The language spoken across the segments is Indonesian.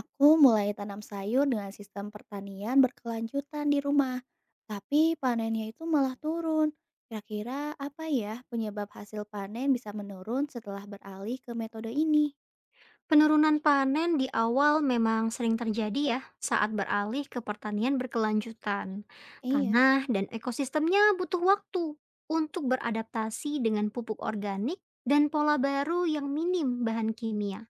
Aku mulai tanam sayur dengan sistem pertanian berkelanjutan di rumah, tapi panennya itu malah turun. Kira-kira apa ya penyebab hasil panen bisa menurun setelah beralih ke metode ini? Penurunan panen di awal memang sering terjadi ya saat beralih ke pertanian berkelanjutan. Iya, Tanah dan ekosistemnya butuh waktu untuk beradaptasi dengan pupuk organik dan pola baru yang minim bahan kimia.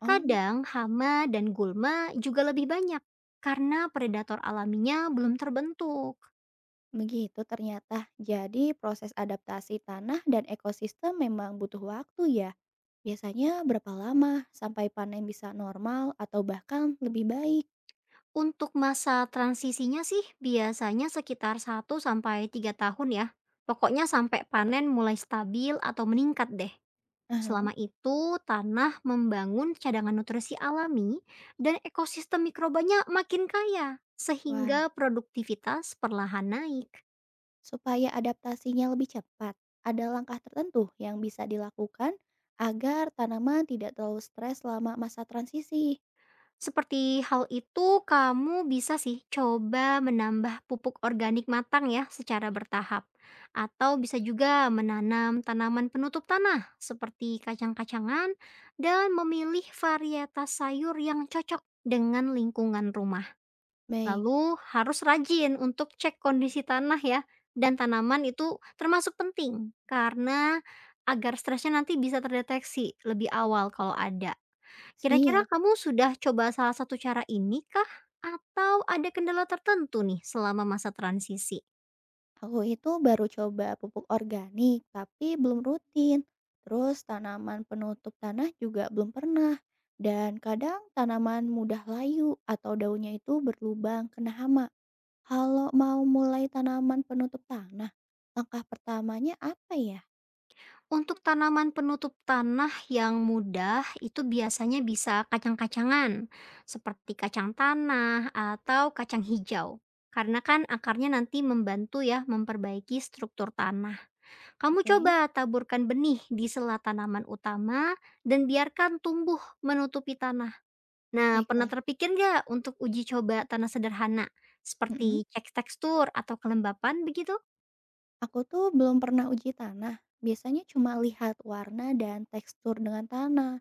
oh Kadang hama dan gulma juga lebih banyak karena predator alaminya belum terbentuk. begitu ternyata. Jadi proses adaptasi tanah dan ekosistem memang butuh waktu ya. Biasanya berapa lama sampai panen bisa normal atau bahkan lebih baik? Untuk masa transisinya sih biasanya sekitar 1 sampai 3 tahun ya. Pokoknya sampai panen mulai stabil atau meningkat deh. Aha. Selama itu, tanah membangun cadangan nutrisi alami dan ekosistem mikrobanya makin kaya, Wah, sehingga produktivitas perlahan naik. supaya adaptasinya lebih cepat, ada langkah tertentu yang bisa dilakukan agar tanaman tidak terlalu stres selama masa transisi. Seperti hal itu, kamu bisa sih coba menambah pupuk organik matang ya secara bertahap. Atau bisa juga menanam tanaman penutup tanah seperti kacang-kacangan dan memilih varietas sayur yang cocok dengan lingkungan rumah. Baik, Lalu harus rajin untuk cek kondisi tanah ya dan tanaman itu termasuk penting karena agar stresnya nanti bisa terdeteksi lebih awal kalau ada. Kira-kira siap. kamu sudah coba salah satu cara ini kah? Atau ada kendala tertentu nih selama masa transisi? Aku itu baru coba pupuk organik, tapi belum rutin. Terus tanaman penutup tanah juga belum pernah. Dan kadang tanaman mudah layu atau daunnya itu berlubang kena hama. Kalau mau mulai tanaman penutup tanah, langkah pertamanya apa ya? Untuk tanaman penutup tanah yang mudah itu biasanya bisa kacang-kacangan, seperti kacang tanah atau kacang hijau. Karena kan akarnya nanti membantu ya memperbaiki struktur tanah. Kamu Oke, coba taburkan benih di sela tanaman utama dan biarkan tumbuh menutupi tanah. Nah, pernah baiklah. terpikir nggak untuk uji coba tanah sederhana? Mm-mm. Seperti cek tekstur atau kelembapan begitu? Aku tuh belum pernah uji tanah. Biasanya cuma lihat warna dan tekstur dengan tanah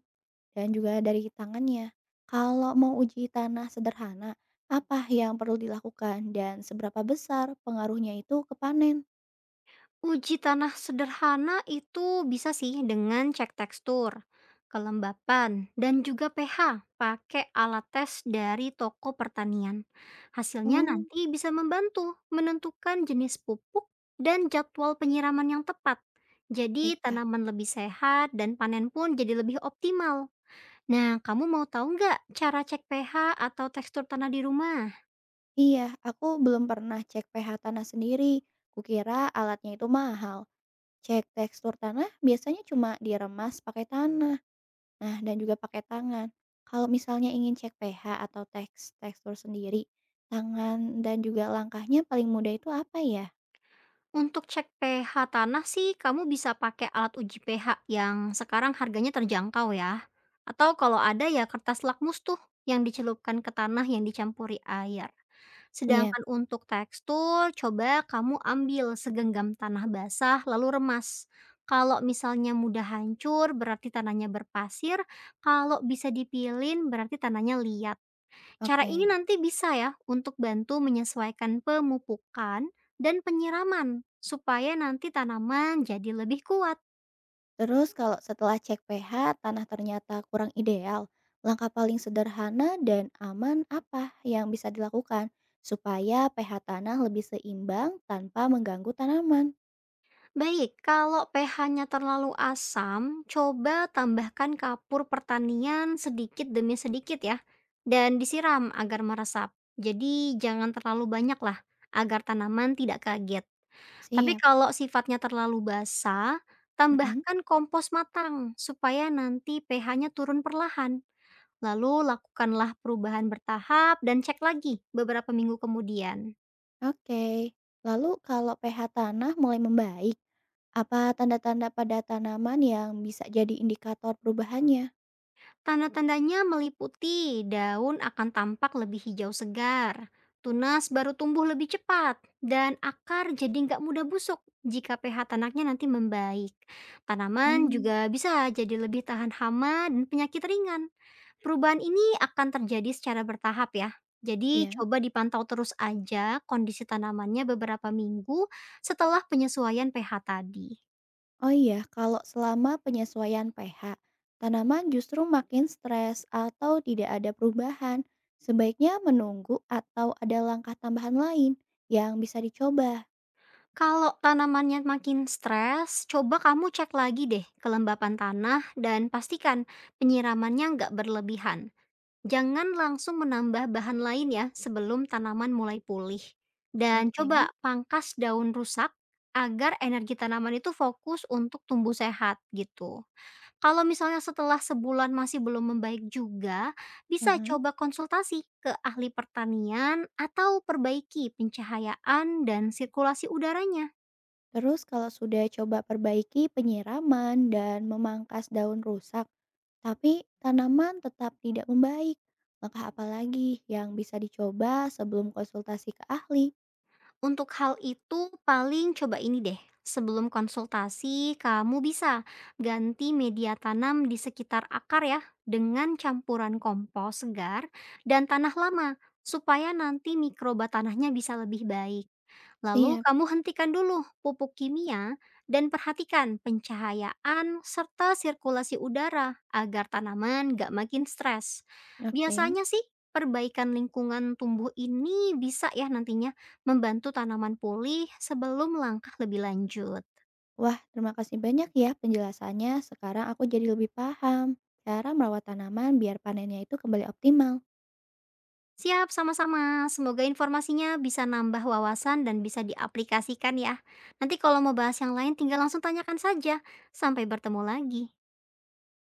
dan juga dari tangannya. Kalau mau uji tanah sederhana, apa yang perlu dilakukan dan seberapa besar pengaruhnya itu ke panen? Uji tanah sederhana itu bisa sih dengan cek tekstur, kelembapan, dan juga pH pakai alat tes dari toko pertanian. Hasilnya Hmm, nanti bisa membantu menentukan jenis pupuk dan jadwal penyiraman yang tepat. Jadi baiklah. tanaman lebih sehat dan panen pun jadi lebih optimal. Nah, kamu mau tahu nggak cara cek pH atau tekstur tanah di rumah? Iya, aku belum pernah cek pH tanah sendiri. Kukira alatnya itu mahal. Cek tekstur tanah biasanya cuma diremas pakai tanah. Nah, dan juga pakai tangan. Kalau misalnya ingin cek pH atau teks tekstur sendiri, tangan dan juga langkahnya paling mudah itu apa ya? Untuk cek pH tanah sih kamu bisa pakai alat uji pH yang sekarang harganya terjangkau ya. Atau kalau ada ya kertas lakmus tuh yang dicelupkan ke tanah yang dicampuri air. Siap, Sedangkan untuk tekstur, coba kamu ambil segenggam tanah basah lalu remas. Kalau misalnya mudah hancur berarti tanahnya berpasir, kalau bisa dipilin berarti tanahnya liat. Cara ini oke. nanti bisa ya untuk bantu menyesuaikan pemupukan dan penyiraman supaya nanti tanaman jadi lebih kuat. Terus kalau setelah cek pH tanah ternyata kurang ideal, langkah paling sederhana dan aman apa yang bisa dilakukan supaya pH tanah lebih seimbang tanpa mengganggu tanaman? Baik, kalau pH-nya terlalu asam, coba tambahkan kapur pertanian sedikit demi sedikit ya dan disiram agar meresap. Jadi jangan terlalu banyak lah agar tanaman tidak kaget. Tapi Siap. kalau sifatnya terlalu basah, Mm-mm. tambahkan kompos matang supaya nanti pH-nya turun perlahan. Lalu lakukanlah perubahan bertahap dan cek lagi beberapa minggu kemudian. Oke. Lalu kalau pH tanah mulai membaik, apa tanda-tanda pada tanaman yang bisa jadi indikator perubahannya? Tanda-tandanya meliputi daun akan tampak lebih hijau segar, tunas baru tumbuh lebih cepat, dan akar jadi nggak mudah busuk jika pH tanahnya nanti membaik. Tanaman Mmm, juga bisa jadi lebih tahan hama dan penyakit ringan. Perubahan ini akan terjadi secara bertahap ya. Jadi iya. coba dipantau terus aja kondisi tanamannya beberapa minggu setelah penyesuaian pH tadi. Oh iya, kalau selama penyesuaian pH, tanaman justru makin stres atau tidak ada perubahan, sebaiknya menunggu atau ada langkah tambahan lain yang bisa dicoba? Kalau tanamannya makin stres, coba kamu cek lagi deh kelembapan tanah dan pastikan penyiramannya nggak berlebihan. Jangan langsung menambah bahan lain ya sebelum tanaman mulai pulih. Dan Oke. coba pangkas daun rusak agar energi tanaman itu fokus untuk tumbuh sehat gitu. Kalau misalnya setelah sebulan masih belum membaik juga, bisa Ah, coba konsultasi ke ahli pertanian atau perbaiki pencahayaan dan sirkulasi udaranya. terus kalau sudah coba perbaiki penyiraman dan memangkas daun rusak, tapi tanaman tetap tidak membaik, maka apa lagi yang bisa dicoba sebelum konsultasi ke ahli? Untuk hal itu paling coba ini deh, sebelum konsultasi kamu bisa ganti media tanam di sekitar akar ya dengan campuran kompos segar dan tanah lama supaya nanti mikroba tanahnya bisa lebih baik. Lalu Siap, kamu hentikan dulu pupuk kimia dan perhatikan pencahayaan serta sirkulasi udara agar tanaman gak makin stres. oke. Biasanya sih perbaikan lingkungan tumbuh ini bisa ya nantinya membantu tanaman pulih sebelum langkah lebih lanjut. Wah, terima kasih banyak ya penjelasannya. Sekarang aku jadi lebih paham cara merawat tanaman biar panennya itu kembali optimal. Siap, sama-sama. Semoga informasinya bisa nambah wawasan dan bisa diaplikasikan ya. Nanti kalau mau bahas yang lain tinggal langsung tanyakan saja. Sampai bertemu lagi.